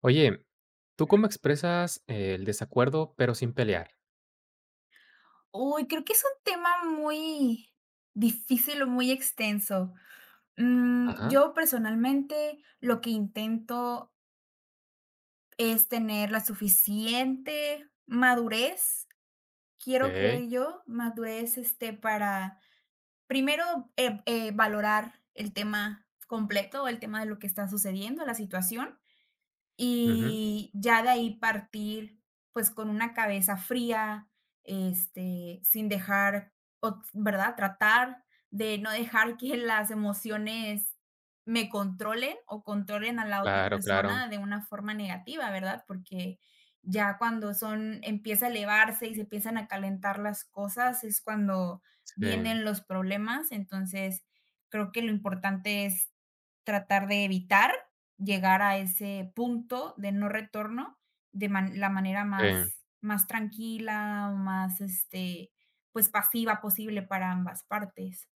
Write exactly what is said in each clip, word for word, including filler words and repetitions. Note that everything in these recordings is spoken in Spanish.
Oye, ¿tú cómo expresas el desacuerdo, pero sin pelear? Uy, creo que es un tema muy difícil o muy extenso. Mm, Ajá, yo personalmente lo que intento es tener la suficiente madurez, quiero okey. creer yo, madurez, este, para primero, eh, eh, valorar el tema completo, el tema de lo que está sucediendo, la situación, Ujú. y ya de ahí partir, pues, con una cabeza fría, este, sin dejar, o ¿verdad? Tratar de no dejar que las emociones me controlen o controlen a la otra Claro, claro. persona de una forma negativa, ¿verdad? Porque ya cuando son empieza a elevarse y se empiezan a calentar las cosas, es cuando Sí, vienen los problemas. Entonces, creo que lo importante es tratar de evitar llegar a ese punto de no retorno de man la manera sí. más más tranquila, más, este, pues, pasiva posible para ambas partes.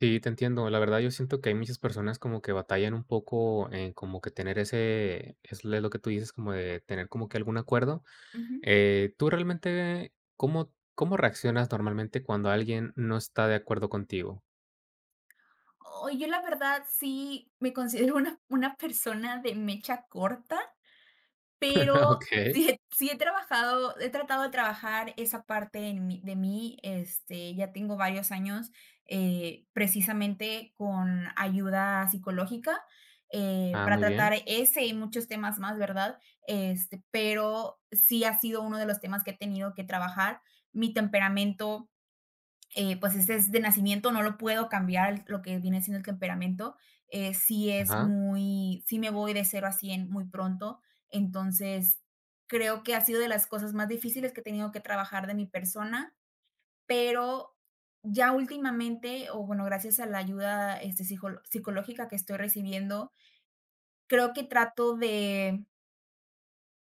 Sí, te entiendo. La verdad, yo siento que hay muchas personas como que batallan un poco en como que tener ese es lo que tú dices, como de tener como que algún acuerdo. Ujú. Eh, tú realmente, ¿cómo cómo reaccionas normalmente cuando alguien no está de acuerdo contigo? Oh, yo la verdad sí me considero una una persona de mecha corta, pero Okey. sí he sí he trabajado he tratado de trabajar esa parte en mí de mí, este, ya tengo varios años, eh, precisamente con ayuda psicológica, eh, Ah, para muy bien. tratar ese y muchos temas más, ¿verdad? Este, pero sí ha sido uno de los temas que he tenido que trabajar. Mi temperamento, eh, pues, este es de nacimiento, no lo puedo cambiar, el- lo que viene siendo el temperamento. Eh, sí es Ajá. muy, sí me voy de cero a cien muy pronto, entonces creo que ha sido de las cosas más difíciles que he tenido que trabajar de mi persona, pero ya últimamente, o bueno, gracias a la ayuda, este, psico- psicológica que estoy recibiendo, creo que trato de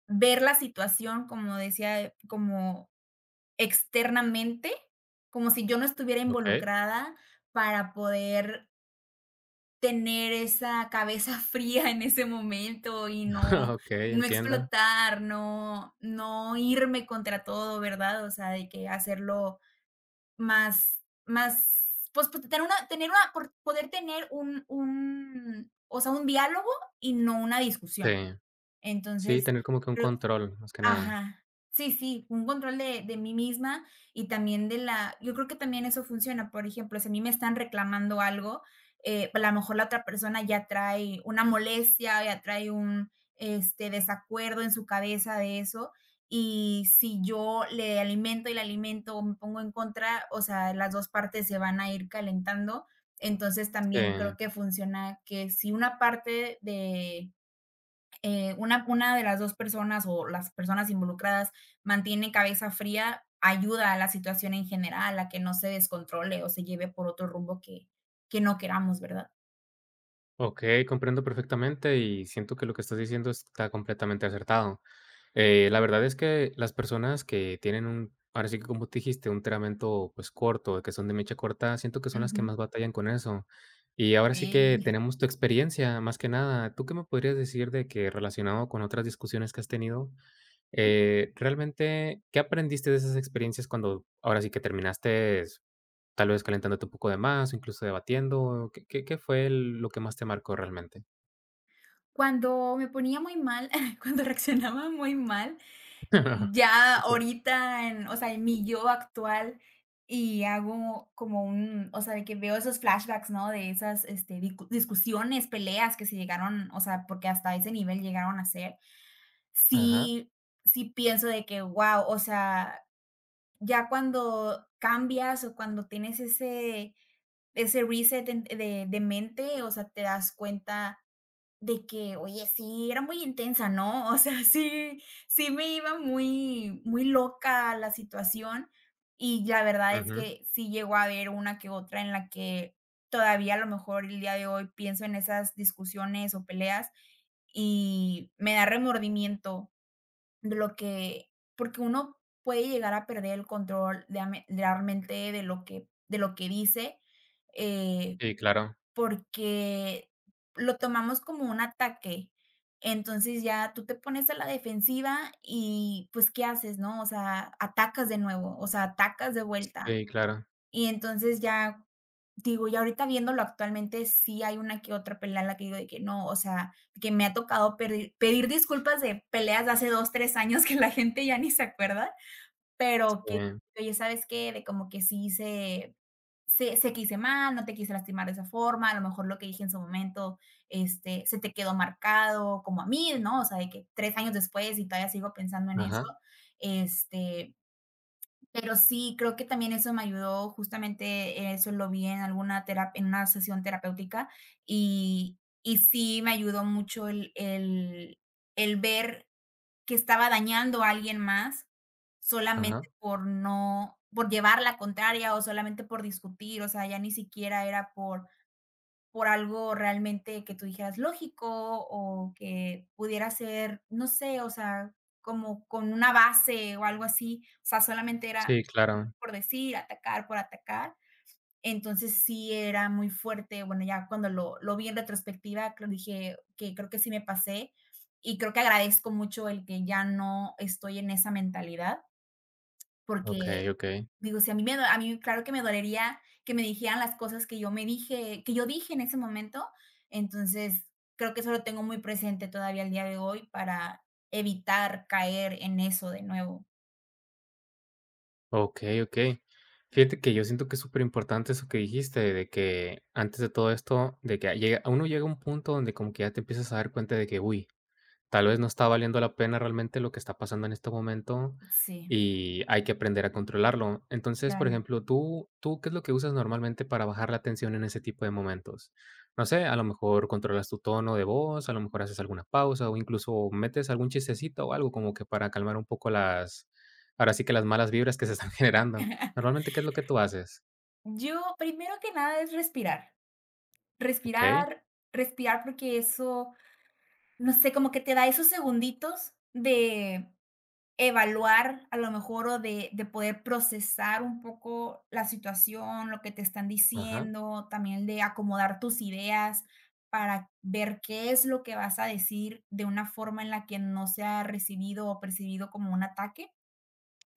ver la situación, como decía, como externamente, como si yo no estuviera Okey. involucrada para poder tener esa cabeza fría en ese momento y no Okey, no entiendo. explotar, no no irme contra todo, ¿verdad? O sea, de que hacerlo más más, pues, pues, tener una tener una por poder tener un un, o sea, un diálogo y no una Sí. discusión. Sí, Entonces... tener como que un control, más que nada. Ajá. Sí, sí, un control de de mí misma y también de la yo creo que también eso funciona. Por ejemplo, si a mí me están reclamando algo, eh, a lo mejor la otra persona ya trae una molestia, ya trae un, este, desacuerdo en su cabeza de eso, y si yo le alimento y le alimento o me pongo en contra, o sea, las dos partes se van a ir calentando. Entonces, también Sí, creo que funciona que si una parte de eh, una, una de las dos personas o las personas involucradas mantiene cabeza fría, ayuda a la situación en general, a que no se descontrole o se lleve por otro rumbo que, que no queramos, ¿verdad? okey, comprendo perfectamente y siento que lo que estás diciendo está completamente acertado. Eh, la verdad es que las personas que tienen un ahora sí que como tú dijiste, un temperamento, pues, corto, que son de mecha corta, siento que son las que Ujú. más batallan con eso. Y ahora sí que Sí. tenemos tu experiencia, más que nada, ¿tú qué me podrías decir de que relacionado con otras discusiones que has tenido, eh, realmente, qué aprendiste de esas experiencias cuando ahora sí que terminaste tal vez calentándote un poco de más, o incluso debatiendo, ¿qué qué qué fue el- lo que más te marcó realmente? Cuando me ponía muy mal, cuando reaccionaba muy mal, ya Okey. ahorita, en, o sea, en mi yo actual y hago como un, o sea, de que veo esos flashbacks, ¿no? De esas, este, discu- discusiones, peleas que se llegaron, o sea, porque hasta ese nivel llegaron a ser. Ajá, Sí, sí pienso de que wow, o sea, ya cuando cambias o cuando tienes ese ese reset en de de mente, o sea, te das cuenta de que, oye, sí, era muy intensa, ¿no? O sea, sí, sí me iba muy muy loca la situación, y la verdad es ujú. que sí llegó a haber una que otra en la que todavía a lo mejor el día de hoy pienso en esas discusiones o peleas y me da remordimiento de lo que, porque uno puede llegar a perder el control de ame de realmente de lo que de lo que dice, eh, Sí, claro, porque lo tomamos como un ataque. Entonces, ya tú te pones a la defensiva y, pues, ¿qué haces, no? O sea, atacas de nuevo, o sea, atacas de vuelta. sí, claro, Y entonces ya... Digo, y ahorita viéndolo actualmente, sí hay una que otra pelea en la que digo de que no, o sea, que me ha tocado perdi pedir disculpas de peleas de hace dos tres años que la gente ya ni se acuerda, pero que, sí, oye, ¿sabes qué? De como que sí se se se quise mal, no te quise lastimar de esa forma, a lo mejor lo que dije en su momento, este, se te quedó marcado como a mí, ¿no? O sea, de que tres años después y todavía sigo pensando en eso, ajá, este, pero sí, creo que también eso me ayudó, justamente eso lo vi en alguna terap en una sesión terapéutica, y y sí me ayudó mucho el el el ver que estaba dañando a alguien más solamente ajá. por no por llevar la contraria o solamente por discutir, o sea, ya ni siquiera era por por algo realmente que tú dijeras lógico o que pudiera ser, no sé, o sea, como con una base o algo así, o sea, solamente era Sí, claro. por decir, atacar por atacar. Entonces sí era muy fuerte, bueno, ya cuando lo, lo vi en retrospectiva, creo dije que creo que sí me pasé y creo que agradezco mucho el que ya no estoy en esa mentalidad, porque... Okey, okey, Digo, si a mí me do a mí claro que me dolería que me dijeran las cosas que yo me dije que yo dije en ese momento. Entonces, creo que eso lo tengo muy presente todavía al día de hoy para evitar caer en eso de nuevo. okey, okey. Fíjate que yo siento que es súper importante eso que dijiste, de que antes de todo esto, de que llega uno llega a un punto donde como que ya te empiezas a dar cuenta de que, uy, tal vez no está valiendo la pena realmente lo que está pasando en este momento Sí. y hay que aprender a controlarlo. Entonces, por Claro. ejemplo, ¿tú, tú qué es lo que usas normalmente para bajar la tensión en ese tipo de momentos? No sé, a lo mejor controlas tu tono de voz, a lo mejor haces alguna pausa o incluso metes algún chistecito o algo como que para calmar un poco las, ahora sí que las malas vibras que se están generando. Normalmente, ¿qué es lo que tú haces? Yo, primero que nada, es respirar. Ok, Respirar, respirar, porque eso, no sé, como que te da esos segunditos de evaluar a lo mejor o de, de poder procesar un poco la situación, lo que te están ajá, diciendo, también de acomodar tus ideas para ver qué es lo que vas a decir de una forma en la que no sea recibido o percibido como un ataque.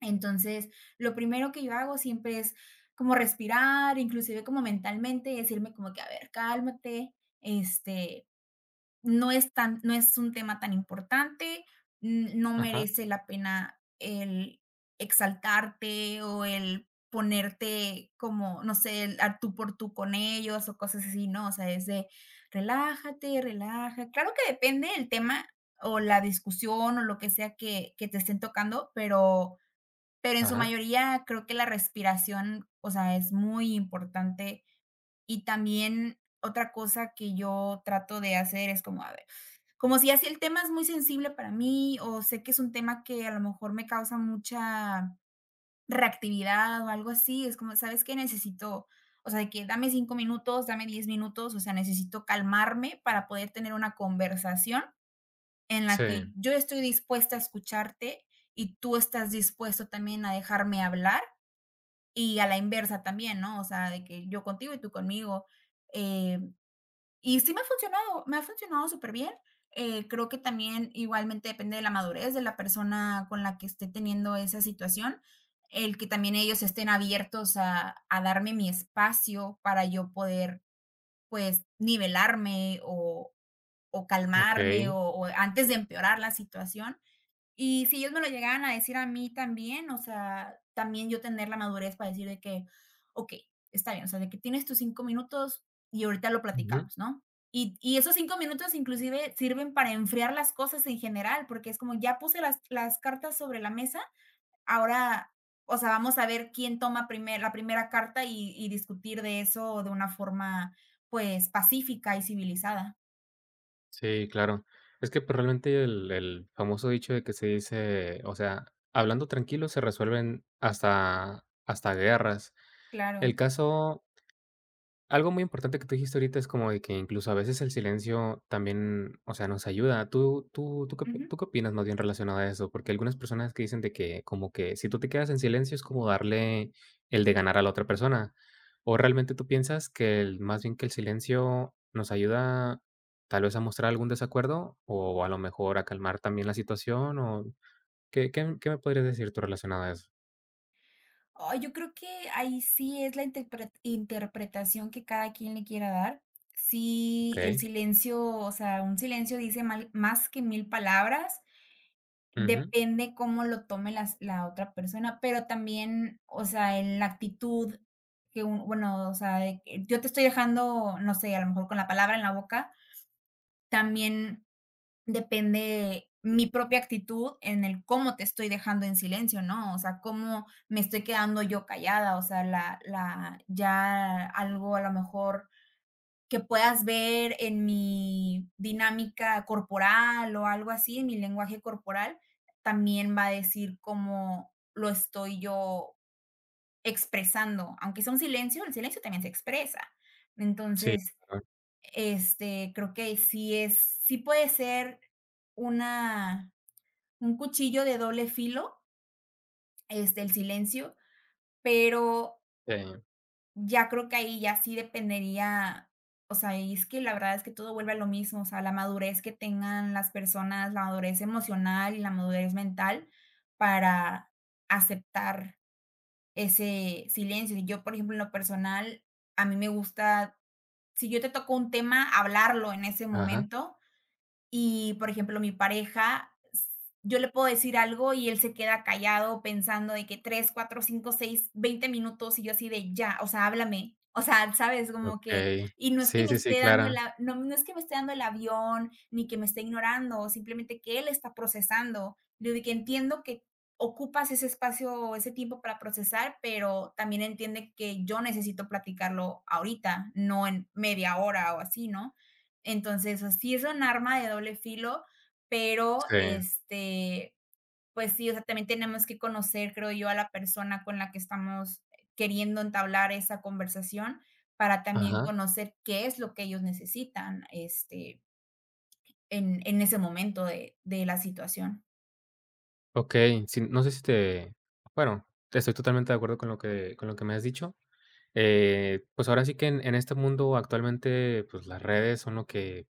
Entonces, lo primero que yo hago siempre es como respirar, inclusive como mentalmente, decirme como que, a ver, cálmate, este, no es tan no es un tema tan importante, n no ajá, merece la pena el exaltarte o el ponerte como, no sé, el al tú por tú con ellos o cosas así, ¿no? O sea, es de relájate, relaja. Claro que depende el tema o la discusión o lo que sea que que te estén tocando, pero pero en su ajá. mayoría creo que la respiración, o sea, es muy importante. Y también otra cosa que yo trato de hacer es como, a ver, como si así el tema es muy sensible para mí, o sé que es un tema que a lo mejor me causa mucha reactividad o algo así, es como, ¿sabes qué? Necesito, o sea, de que dame cinco minutos, dame diez minutos, o sea, necesito calmarme para poder tener una conversación en la Sí, que yo estoy dispuesta a escucharte y tú estás dispuesto también a dejarme hablar y a la inversa también, ¿no? O sea, de que yo contigo y tú conmigo. eh, y sí me ha funcionado, me ha funcionado superbién. Eh, creo que también igualmente depende de la madurez de la persona con la que esté teniendo esa situación, el que también ellos estén abiertos a, a darme mi espacio para yo poder, pues, nivelarme o, o ok. calmarme o, o antes de empeorar la situación. Y si ellos me lo llegaran a decir a mí también, o sea, también yo tener la madurez para decir de que, okey, está bien, o sea, de que tienes tus cinco minutos y ahorita lo platicamos, ¿no? Y y esos cinco minutos inclusive sirven para enfriar las cosas en general, porque es como ya puse las las cartas sobre la mesa, ahora, o sea, vamos a ver quién toma primer la primera carta y y discutir de eso de una forma, pues, pacífica y civilizada. Sí, claro. Es que, pues, realmente el el famoso dicho de que se dice, o sea, hablando tranquilo se resuelven hasta hasta guerras. Claro. El caso algo muy importante que tú dijiste ahorita es como de que incluso a veces el silencio también, o sea, nos ayuda. ¿Tú tú tú qué opi Ujú. tú qué opinas más bien relacionado a eso? Porque algunas personas que dicen de que como que si tú te quedas en silencio es como darle el de ganar a la otra persona, ¿o realmente tú piensas que el más bien que el silencio nos ayuda tal vez a mostrar algún desacuerdo o a lo mejor a calmar también la situación? O, ¿qué qué qué me podrías decir tú relacionado a eso? Ay, yo creo que ahí sí es la interpre- interpretación que cada quien le quiera dar. Sí, el Okey. silencio, o sea, un silencio dice mal- más que mil palabras, Ujú. depende cómo lo tome las- la otra persona, pero también, o sea, en la actitud que un- bueno, o sea, de que yo te estoy dejando, no sé, a lo mejor con la palabra en la boca, también. Depende mi propia actitud en el cómo te estoy dejando en silencio, ¿no? O sea, cómo me estoy quedando yo callada, o sea, la la ya algo a lo mejor que puedas ver en mi dinámica corporal o algo así, en mi lenguaje corporal, también va a decir cómo lo estoy yo expresando. Aunque sea un silencio, el silencio también se expresa. Sí, Entonces, claro. este, creo que sí es sí puede ser una un cuchillo de doble filo, este, el silencio, pero Sí. ya creo que ahí ya sí dependería, o sea, y es que la verdad es que todo vuelve a lo mismo, o sea, la madurez que tengan las personas, la madurez emocional y la madurez mental para aceptar ese silencio. Y yo, por ejemplo, en lo personal, a mí me gusta, si yo te toco un tema, hablarlo en ese Ajá. momento. Y, por ejemplo, mi pareja, s- yo le puedo decir algo y él se queda callado pensando de que tres cuatro cinco seis veinte minutos y yo así de ya, o sea, háblame. O sea, sabes, como que, Okey. y no es que Sí, me sí, sí, esté dando el, claro. a- no, no es que me esté dando el avión, ni que me esté ignorando, simplemente que él está procesando. Le De que entiendo que ocupas ese espacio o ese tiempo para procesar, pero también entiende que yo necesito platicarlo ahorita, no en media hora o así, ¿no? Entonces, así es un arma de doble filo, pero, Sí. este, pues sí, o sea, también tenemos que conocer, creo yo, a la persona con la que estamos queriendo entablar esa conversación para también Ajá. conocer qué es lo que ellos necesitan, este, en en ese momento de de la situación. Okey. Sí, no sé si te bueno, estoy totalmente de acuerdo con lo que con lo que me has dicho. Eh, pues, ahora sí que en en este mundo actualmente, pues, las redes son lo que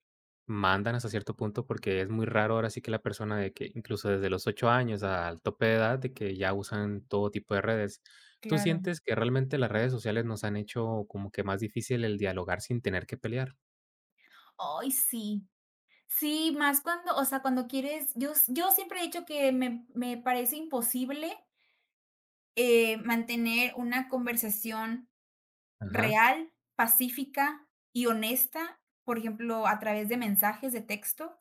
mandan hasta cierto punto, porque es muy raro ahora sí que la persona de que incluso desde los ocho años al tope de edad, de que ya usan todo tipo de redes. ¿Tú Claro. sientes que realmente las redes sociales nos han hecho como que más difícil el dialogar sin tener que pelear? Ay, sí. Sí, más cuando, o sea, cuando quieres, yo s yo siempre he dicho que me me parece imposible, eh, mantener una conversación Ajá. real, pacífica y honesta, por ejemplo, a través de mensajes de texto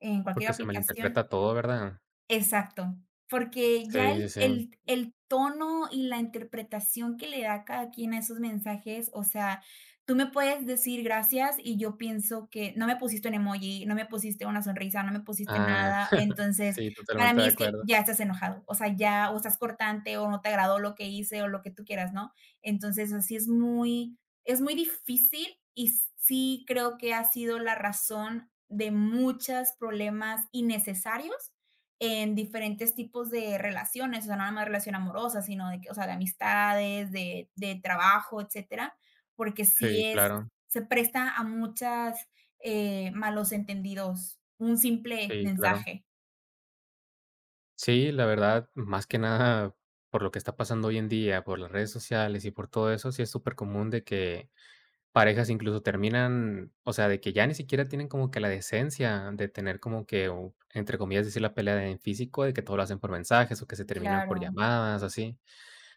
en cualquier Porque se malinterpreta aplicación. todo, ¿verdad? Exacto, porque Sí, ya sí, el sí. el el tono y la interpretación que le da cada quien a esos mensajes, o sea, tú me puedes decir gracias y yo pienso que no me pusiste un emoji, no me pusiste una sonrisa, no me pusiste Ah, nada, entonces, sí, para totalmente mí de es que acuerdo. ya estás enojado, o sea, ya o estás cortante o no te agradó lo que hice o lo que tú quieras, ¿no? Entonces, así es muy es muy difícil y sí creo que ha sido la razón de muchos problemas innecesarios en diferentes tipos de relaciones, o sea, no nada más relación amorosa, sino de que, o sea, de amistades, de, de trabajo, etcétera, porque sí Sí, es, claro, se presta a muchas, eh, malos entendidos, un simple sí, claro. mensaje. Sí, la verdad, más que nada, por lo que está pasando hoy en día, por las redes sociales y por todo eso, sí es súper común de que parejas incluso terminan, o sea, de que ya ni siquiera tienen como que la decencia de tener como que, o, entre comillas, decir la pelea en físico, de que todo lo hacen por mensajes o que se terminan Claro, por llamadas, así.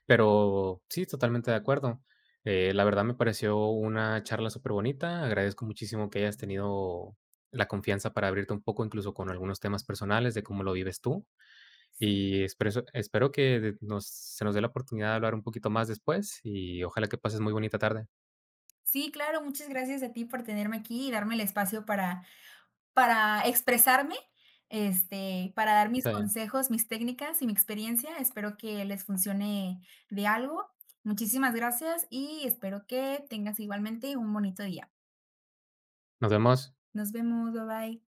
Pero sí, totalmente de acuerdo. Eh, la verdad me pareció una charla superbonita. Agradezco muchísimo que hayas tenido la confianza para abrirte un poco, incluso con algunos temas personales de cómo lo vives tú. sí. Y espreso- espero que de- nos, se nos dé la oportunidad de hablar un poquito más después y ojalá que pases muy bonita tarde. Sí, claro, muchas gracias a ti por tenerme aquí y darme el espacio para para expresarme, este, para dar mis Sí. consejos, mis técnicas y mi experiencia. Espero que les funcione de algo. Muchísimas gracias y espero que tengas igualmente un bonito día. Nos vemos. Nos vemos, bye bye.